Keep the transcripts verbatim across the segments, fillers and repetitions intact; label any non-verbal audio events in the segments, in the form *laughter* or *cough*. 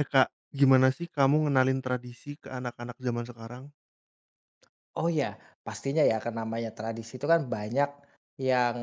Eh, Kak, gimana sih kamu ngenalin tradisi ke anak-anak zaman sekarang? Oh ya, pastinya ya kan namanya tradisi itu kan banyak yang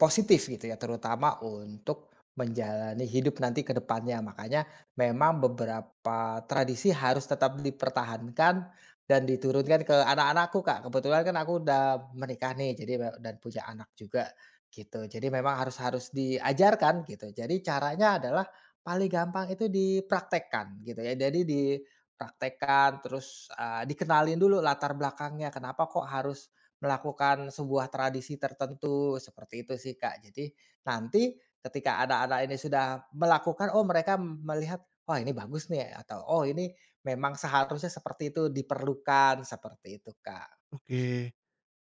positif gitu ya, terutama untuk menjalani hidup nanti ke depannya. Makanya memang beberapa tradisi harus tetap dipertahankan dan diturunkan ke anak-anakku, Kak. Kebetulan kan aku udah menikah nih, jadi me dan punya anak juga gitu. Jadi memang harus harus diajarkan gitu. Jadi caranya adalah paling gampang itu dipraktekkan gitu ya. Jadi di Praktekkan, terus, eee, dikenalin dulu latar belakangnya, kenapa kok harus melakukan sebuah tradisi tertentu, seperti itu sih, Kak. Jadi, nanti ketika anak-anak ini sudah melakukan, oh mereka melihat, "Wah ini bagus nih," atau, "Oh ini memang seharusnya seperti itu, diperlukan," seperti itu, Kak. Oke,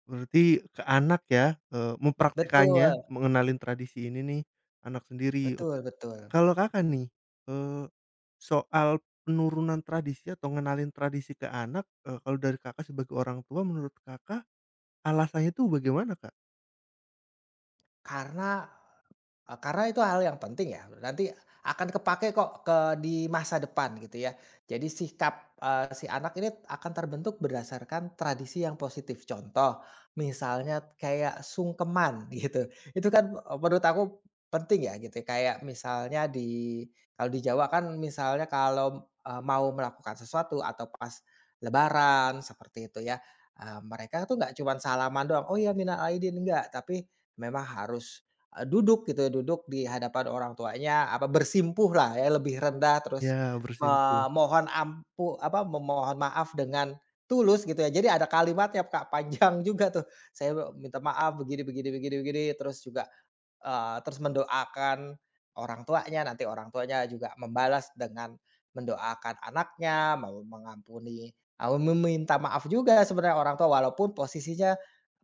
berarti ke anak ya, eee, mhm, mempraktikannya, Betul mengenalin tradisi ini nih, anak sendiri. Ok, betul betul. kalau Kakak nih, eee, soal penurunan tradisi atau ngenalin tradisi ke anak, eee, kalau dari Kakak sebagai orang tua, menurut Kakak alasannya tuh bagaimana, Kak? Karena Eee, karena itu hal yang penting ya, nanti akan kepake kok ke di masa depan gitu ya. Jadi sikap, eee, si anak ini akan terbentuk berdasarkan tradisi yang positif. Contoh, misalnya kayak sungkeman *laughs* gitu, itu kan, eee, menurut aku penting ya gitu, ya. Kayak misalnya di Kalau di Jawa kan misalnya kalau, eee, mau melakukan sesuatu atau pas lebaran seperti itu ya, eee, mereka tuh nggak cuman salaman doang, "Oh ya minal aidin," enggak, tapi memang harus Eee, duduk gitu ya, duduk di hadapan orang tuanya, apa bersimpuh lah ya, lebih rendah, terus Ya, bersimpuh. memohon ampu apa, memohon maaf dengan tulus gitu ya. Jadi ada kalimatnya, Kak, panjang *laughs* juga tuh. Saya minta maaf begini begini begini begini, terus juga Eee, terus mendoakan orang tuanya, nanti orang tuanya juga membalas dengan mendoakan anaknya, mau mengampuni mau meminta maaf juga sebenarnya orang tua walaupun posisinya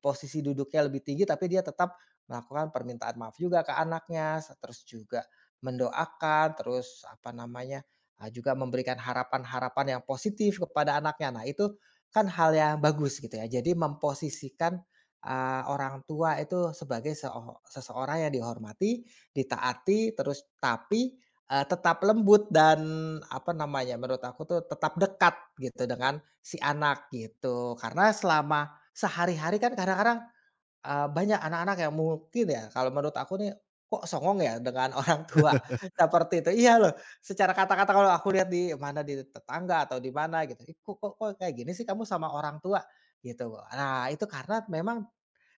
posisi duduknya lebih tinggi, tapi dia tetap melakukan permintaan maaf juga ke anaknya, terus juga mendoakan, terus apa namanya, eee, juga memberikan harapan-harapan yang positif kepada anaknya. Nah, itu kan hal yang bagus gitu ya. Jadi memposisikan Eee, orang tua itu sebagai seo seseorang yang dihormati, ditaati, terus tapi, eee, tetap lembut dan apa namanya, menurut aku tuh tetap dekat gitu dengan si anak gitu. Karena selama sehari-hari kan kadang-kadang, eee, banyak anak-anak yang mungkin ya kalau menurut aku nih, kok songong ya dengan *laughs* orang tua *laughs* seperti itu. Iya loh, secara kata-kata kalau aku lihat di mana di tetangga atau di mana gitu, "Ih kok kok kok kayak gini sih kamu sama orang tua?" Gitu. Nah itu karena memang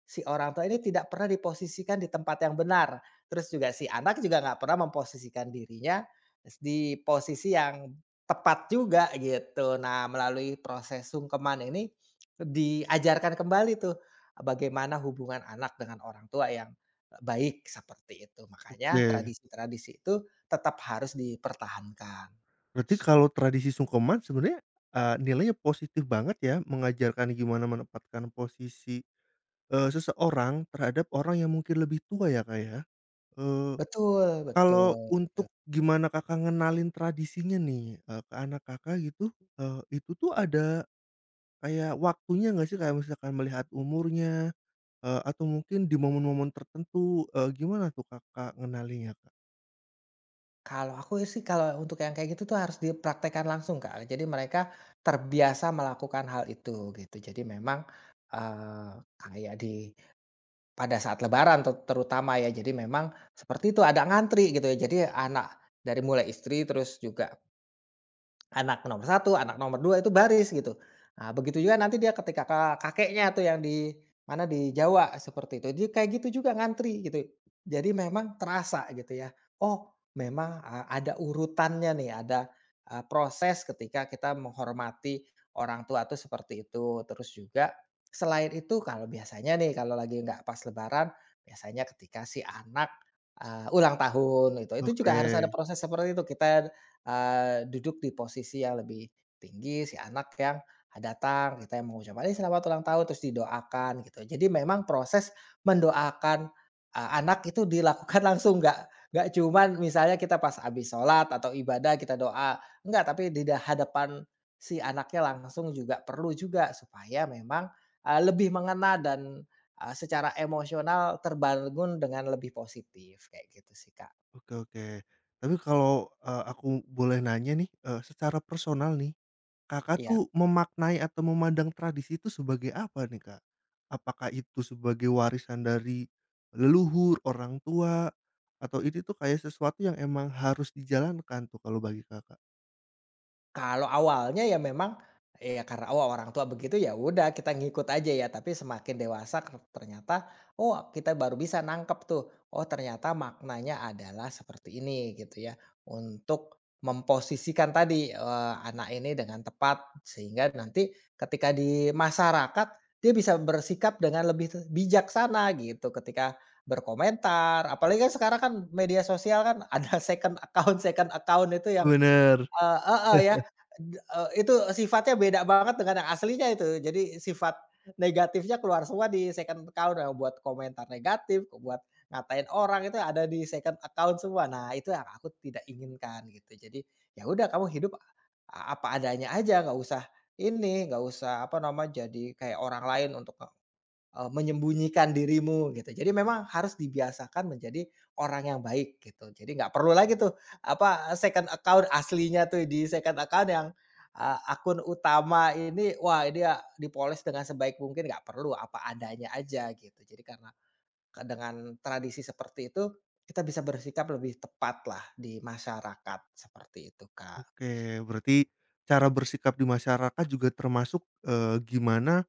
si orang tua ini tidak pernah diposisikan di tempat yang benar, terus juga si anak juga nggak pernah memposisikan dirinya di posisi yang tepat juga gitu. Nah, melalui proses sungkeman ini diajarkan kembali tuh, bagaimana hubungan anak dengan orang tua yang baik seperti itu. Makanya Oke, tradisi-tradisi itu tetap harus dipertahankan. berarti kalau tradisi sungkeman sebenarnya, eee, nilainya positif banget ya, mengajarkan gimana menempatkan posisi Eee, seseorang terhadap orang yang mungkin lebih tua ya, Kak, ya. Eee, Betul kalau betul, gitu. untuk gimana Kakak ngenalin tradisinya nih, eee, ke anak Kakak gitu, eee, itu tuh ada kayak waktunya nggak sih? Kayak misalkan melihat umurnya, eee, atau mungkin di momen-momen tertentu, eee, gimana tuh Kakak ngenalinya Kak? Kalau aku sih kalau untuk yang kayak gitu tuh harus dipraktekkan langsung, Kak. Jadi mereka terbiasa melakukan hal itu gitu. Jadi memang, eee, kayak di pada saat lebaran te terutama ya, jadi memang seperti itu ada ngantri gitu ya. Jadi anak dari mulai istri terus juga Anak nomor satu, anak nomor dua itu baris gitu. Nah, begitu juga nanti dia ketika ka kakeknya tuh yang di mana, di Jawa seperti itu. Jadi kayak gitu juga ngantri gitu. Jadi memang terasa gitu ya, oh memang, eee, ada urutannya nih, ada, eee, proses ketika kita menghormati orang tua tuh seperti itu. Terus juga selain itu kalau biasanya nih, kalau lagi nggak pas lebaran, biasanya ketika si anak, eee, ulang tahun itu, itu juga Oke, harus ada proses seperti itu. Kita Eee, duduk di posisi yang lebih tinggi, si anak yang datang, kita yang mengucapkan, "Ini selamat ulang tahun," terus didoakan gitu. Jadi memang proses mendoakan, eee, anak itu dilakukan *laughs* langsung, nggak nggak cuman misalnya kita pas habis sholat atau ibadah kita doa, enggak, tapi di da hadapan si anaknya langsung juga perlu juga supaya memang, eee, lebih mengena dan, eee, secara emosional terbangun dengan lebih positif, kayak gitu sih, Kak. oke oke. Tapi kalau, eee, aku boleh nanya nih, eee, secara personal nih Kakak tuh Iya. memaknai atau memandang tradisi itu sebagai apa nih, Kak? Apakah itu sebagai warisan dari leluhur, orang tua, atau ini tuh kayak sesuatu yang emang harus dijalankan tuh kalau bagi Kakak? Kalau awalnya ya memang, ya karena, oh orang tua begitu, ya udah kita ngikut aja ya, tapi semakin dewasa ker ternyata, oh kita baru bisa nangkep tuh, oh ternyata maknanya adalah seperti ini gitu ya, untuk memposisikan tadi, eee, anak ini dengan tepat sehingga nanti ketika di masyarakat dia bisa bersikap dengan lebih te bijaksana gitu ketika berkomentar, apalagi kan sekarang kan media sosial kan *laughs* ada second account second account itu yang Bener. Eee, heeh, ya, d eee, itu sifatnya beda banget dengan yang aslinya itu. Jadi sifat negatifnya keluar semua di second account, yang buat komentar negatif, buat ngatain orang itu ada di second account semua. Nah, itu yang aku tidak inginkan gitu. Jadi, ya udah kamu hidup a apa adanya aja, nggak usah ini, nggak usah apa nama, jadi kayak orang lain untuk nge Eee, menyembunyikan dirimu gitu. Jadi memang harus dibiasakan menjadi orang yang baik gitu. Jadi nggak perlu lagi tuh apa, second account aslinya tuh di second account yang, eee, akun utama ini, wah ini ya dipoles dengan sebaik mungkin, nggak perlu, apa adanya aja gitu. Jadi karena ke dengan tradisi seperti itu, kita bisa bersikap lebih tepat lah di masyarakat, seperti itu, Kak. Oke, berarti cara bersikap di masyarakat juga termasuk, eee, gimana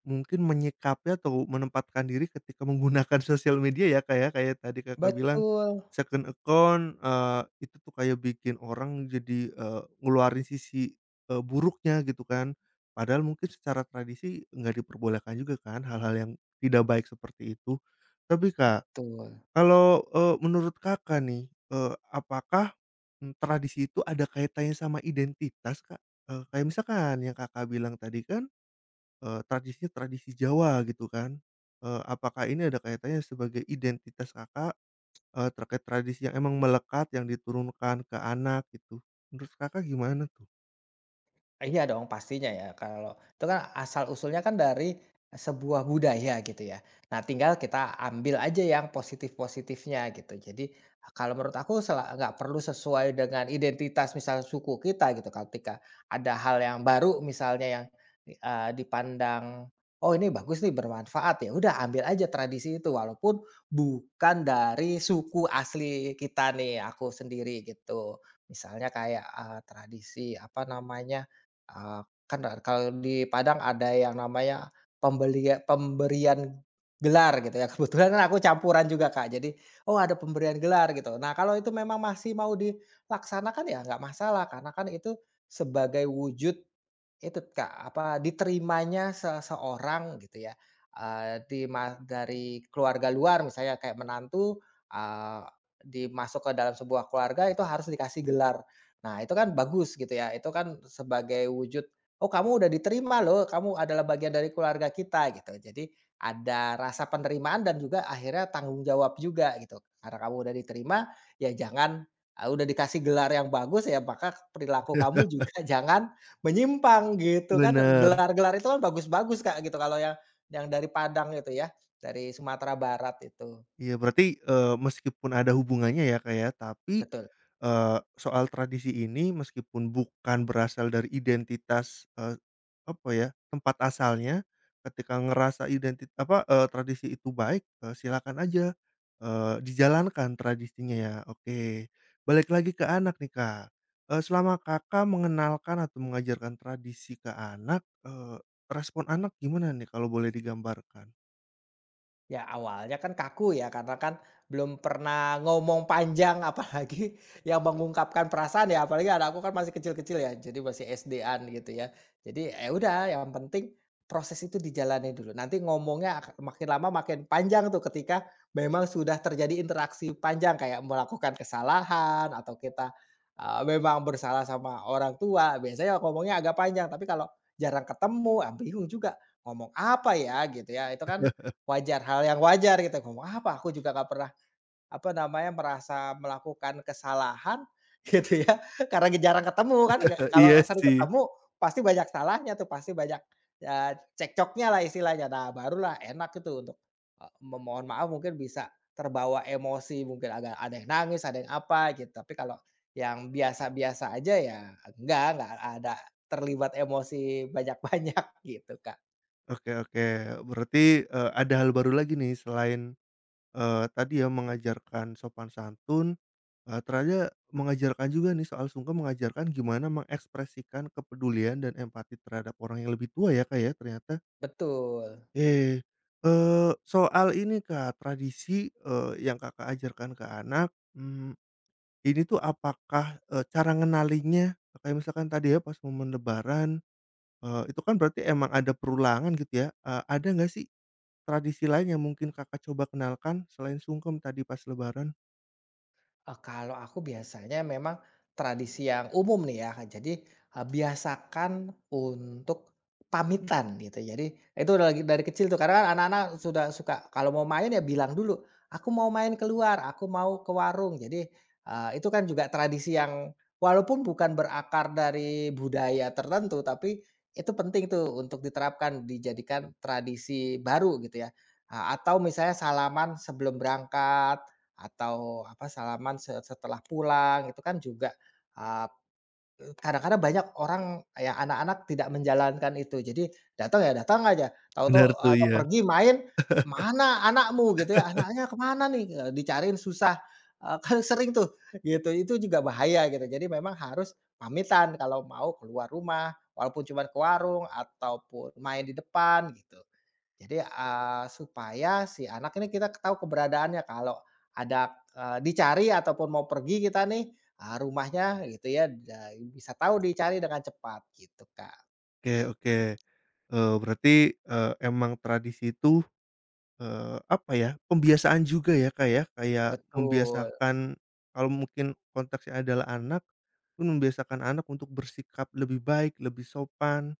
mungkin menyikapi atau menempatkan diri ketika menggunakan *laughs* sosial media ya, Kak, ya, kayak tadi Kakak bilang Betul, second account, eee, itu tuh kayak bikin orang jadi, eee, ngeluarin sisi, eee, buruknya gitu kan. Padahal mungkin secara tradisi nggak diperbolehkan juga kan hal-hal yang tidak baik seperti itu. Tapi Kak, betul. kalau, eee, menurut Kakak nih, eee, apakah, mmm, tradisi itu ada kaitannya sama identitas, Kak? Eee, kayak misalkan yang Kakak bilang tadi kan, Eee, tradisinya tradisi Jawa gitu kan, eee, apakah ini ada kaitannya sebagai identitas Kakak, eee, terkait tradisi yang emang melekat yang diturunkan ke anak gitu, menurut Kakak gimana tuh? Iya dong pastinya ya kalau itu kan asal-usulnya kan dari sebuah budaya gitu ya. Nah tinggal kita ambil aja yang positif-positifnya gitu. Jadi kalau menurut aku sela- nggak perlu sesuai dengan identitas misalnya suku kita gitu. Ketika ada hal yang baru misalnya yang eh, dipandang oh ini bagus nih bermanfaat ya udah ambil aja tradisi itu walaupun bukan dari suku asli kita nih aku sendiri gitu. Misalnya kayak eh, tradisi apa namanya Eee, kan da kalau di Padang ada yang namanya pembelia pemberian gelar gitu ya, *laughs* kebetulan kan aku campuran juga, Kak. Jadi, oh ada pemberian gelar gitu. Nah, kalau itu memang masih mau dilaksanakan ya nggak masalah, karena kan itu sebagai wujud itu Kak, apa, diterimanya seseorang gitu ya, eee, di ma dari keluarga luar misalnya kayak menantu, eee, dimasuk ke dalam sebuah keluarga itu harus dikasih gelar. Nah itu kan bagus gitu ya, itu kan sebagai wujud, "Oh kamu udah diterima loh, kamu adalah bagian dari keluarga kita," gitu. Jadi ada rasa penerimaan dan juga akhirnya tanggung jawab juga gitu. Karena kamu udah diterima, ya jangan, eee, udah dikasih gelar yang bagus ya maka perilaku kamu juga *laughs* jangan menyimpang gitu kan, Bener. gelar-gelar itu kan bagus-bagus Kak, gitu kalau yang yang dari Padang itu ya, dari Sumatera Barat itu, Iya berarti, eee, meskipun ada hubungannya ya, Kak, ya, tapi, betul. eee, soal tradisi ini meskipun bukan berasal dari identitas, eee, apa ya, tempat asalnya, ketika ngerasa identi apa, eee, tradisi itu baik, eee, silakan aja, eee, dijalankan tradisinya ya, oke. Balik lagi ke anak nih, Kak, eee, selama Kakak mengenalkan atau mengajarkan tradisi ke anak, eee, respon anak gimana nih kalau boleh digambarkan? Ya awalnya kan kaku ya karena kan belum pernah ngomong panjang *laughs* apalagi yang mengungkapkan perasaan ya, apalagi anak aku kan masih kecil-kecil ya, jadi masih S D-an gitu ya. Jadi ya udah yang penting proses itu dijalani dulu, nanti ngomongnya ak makin lama makin panjang tuh ketika memang sudah terjadi interaksi panjang kayak melakukan kesalahan atau kita, eee, memang bersalah sama orang tua, biasanya ngomongnya agak panjang, tapi kalau jarang ketemu, ah, bingung juga ngomong apa ya gitu ya, itu kan Wajar, hal yang wajar gitu, ngomong apa aku juga nggak pernah, apa namanya, merasa melakukan kesalahan *laughs* gitu ya, karena jarang ketemu kan, nggak *laughs* kalau Iya sering sih. ketemu pasti banyak salahnya tuh, pasti banyak, eee, lah istilahnya. Nah, barulah enak itu untuk, eee, memohon maaf mungkin bisa terbawa emosi, mungkin agak ada yang nangis, ada yang apa gitu. Tapi kalau yang biasa-biasa aja ya enggak, enggak ada terlibat emosi banyak-banyak *laughs* gitu, Kak. Oke oke, berarti, eee, ada hal baru lagi nih selain, eee, tadi ya mengajarkan sopan santun, eee, ternyata mengajarkan juga nih soal sungkem, mengajarkan gimana mengekspresikan kepedulian dan empati terhadap orang yang lebih tua ya, Kak, ya, ternyata. Betul. Eh, eee, soal ini, Kak, tradisi, eee, yang Kakak ajarkan ke anak, mmm, ini tuh apakah, eee, cara ngenalinnya kayak misalkan tadi ya pas momen lebaran, eee, itu kan berarti emang ada perulangan gitu ya, eee, ada nggak sih tradisi lain yang mungkin Kakak coba kenalkan selain sungkem tadi pas lebaran? Eee, kalau aku biasanya memang tradisi yang umum nih ya, jadi, eee, biasakan untuk pamitan gitu. Jadi itu udah lagi dari kecil tuh karena kan anak-anak sudah suka kalau mau main ya bilang dulu, "Aku mau main keluar, aku mau ke warung." Jadi, eee, itu kan juga tradisi yang walaupun bukan berakar dari budaya tertentu, tapi itu penting tuh untuk diterapkan, dijadikan tradisi baru gitu ya. A atau misalnya salaman sebelum berangkat, atau apa, salaman se setelah pulang itu kan juga, eee, kadang-kadang banyak orang ya anak-anak tidak menjalankan itu. Jadi datang ya datang aja, tahu-tahu Bener tuh, atau iya. pergi main, "Mana anakmu?" Gitu ya, "Anaknya kemana nih?" Eee, dicariin susah, eee, *laughs* kan sering tuh gitu. Itu juga bahaya gitu. Jadi memang harus pamitan kalau mau keluar rumah, walaupun cuma ke warung ataupun main di depan gitu. Jadi, eee, supaya si anak ini kita tahu keberadaannya kalau ada, eee, dicari ataupun mau pergi kita nih, eee, rumahnya gitu ya, da bisa tahu dicari dengan cepat gitu, Kak. Oke oke, eee, berarti, eee, emang tradisi itu, eee, apa ya, pembiasaan juga ya, Kak, ya? Kayak Betul. membiasakan kalau mungkin konteksnya adalah anak, pun membiasakan anak untuk bersikap lebih baik, lebih sopan,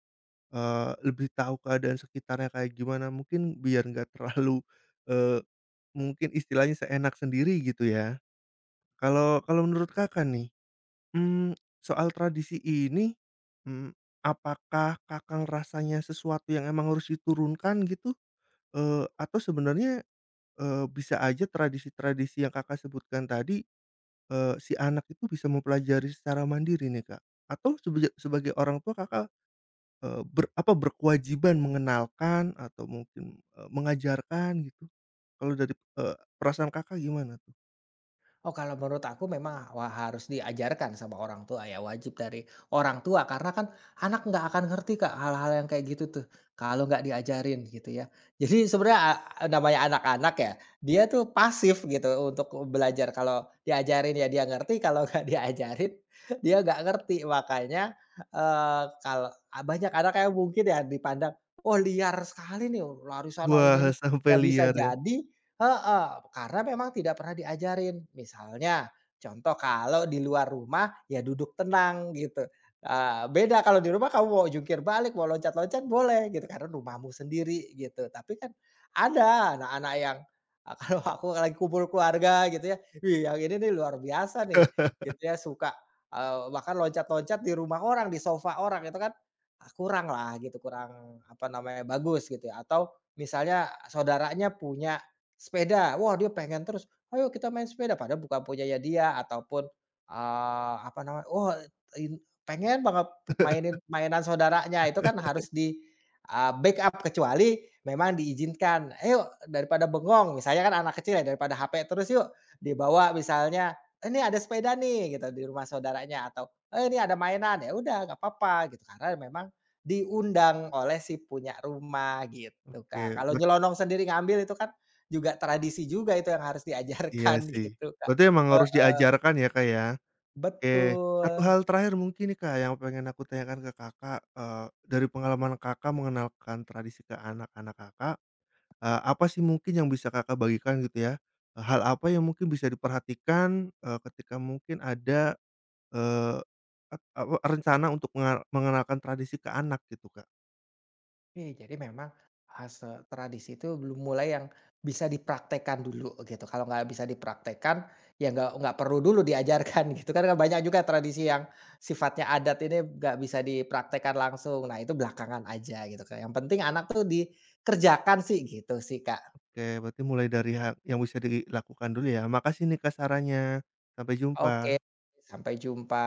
eee, lebih tahu keadaan sekitarnya kayak gimana, mungkin biar nggak terlalu, eee, mungkin istilahnya seenak sendiri gitu ya. Kalau kalau menurut Kakak nih, Mmm, soal tradisi ini, mmm, apakah Kakak ngerasanya sesuatu yang emang harus diturunkan gitu, eee, atau sebenarnya, eee, bisa aja tradisi-tradisi yang Kakak sebutkan tadi, eee, si anak itu bisa mempelajari secara mandiri nih, Kak? Atau sebeja sebagai orang tua Kakak, eee, ber apa, berkewajiban mengenalkan atau mungkin, eee, mengajarkan gitu? Kalau dari, eee, perasaan Kakak gimana tuh? Oh, kalau menurut aku memang wah harus diajarkan sama orang tua ya, wajib dari orang tua karena kan anak nggak akan ngerti Kak hal-hal yang kayak gitu tuh kalau nggak diajarin gitu ya. Jadi sebenarnya a namanya anak-anak ya, dia tuh pasif gitu untuk belajar. Kalau diajarin ya dia ngerti, kalau nggak *laughs* diajarin dia nggak ngerti. Makanya, eee, kalau banyak anak yang mungkin ya dipandang, oh liar sekali nih, lari sana Wah, ini *laughs* nih." sampai Ya bisa liar ya. jadi heeh, karena memang tidak pernah diajarin. Misalnya, contoh kalau di luar rumah ya duduk tenang gitu, eee, beda kalau di rumah kamu mau jungkir balik, mau loncat-loncat boleh gitu karena rumahmu sendiri gitu. Tapi kan ada anak-anak yang, eee, *laughs* kalau aku lagi kumpul keluarga gitu ya, "Wih yang ini nih luar biasa nih," gitu ya, suka, eee, bahkan loncat-loncat di rumah orang, di sofa orang itu kan, ah, kurang lah gitu, kurang apa namanya, bagus gitu ya. Atau misalnya saudaranya punya sepeda, wah dia pengen terus, "Ayo kita main sepeda," padahal bukan punyanya dia ataupun, eee, apa namanya, wah in pengen banget pu mainin mainan saudaranya, itu kan harus di, eee, backup kecuali memang diizinkan, "Ayo daripada bengong," misalnya kan anak kecil ya, "daripada H P terus yuk," dibawa misalnya, "Eh, ini ada sepeda nih," gitu, di rumah saudaranya atau, "Eh ini ada mainan," ya udah nggak apa-apa gitu, karena memang diundang oleh si punya rumah gitu, Kak. Oke. Kalau nyelonong sendiri ngambil itu kan juga tradisi juga itu yang harus Iya diajarkan *laughs* sih, gitu, Kak. berarti emang harus Heeh, diajarkan ya, Kak, ya. Oke, satu betul. hal terakhir mungkin nih, Kak, yang pengen aku tanyakan ke Kakak, eee, dari pengalaman Kakak mengenalkan tradisi ke anak-anak Kakak, eee, apa sih mungkin yang bisa Kakak bagikan gitu ya? Eh, hal apa yang mungkin bisa diperhatikan, eee, ketika mungkin ada, eee, et apa, rencana untuk menga mengenalkan tradisi ke anak gitu, Kak? Iya, jadi memang, eee, se tradisi itu belum mulai yang bisa dipraktekkan dulu gitu, kalau nggak bisa dipraktekkan, ya nggak nggak perlu dulu diajarkan *laughs* gitu kan, kan banyak juga tradisi yang sifatnya adat ini nggak bisa dipraktekkan langsung. Nah, itu belakangan aja gitu, Kak, yang penting anak tuh dikerjakan sih gitu sih, Kak. Oke, berarti mulai dari hal yang bisa dilakukan dulu ya. Makasih nih, Kak, sarannya. Sampai Oke, jumpa. sampai jumpa.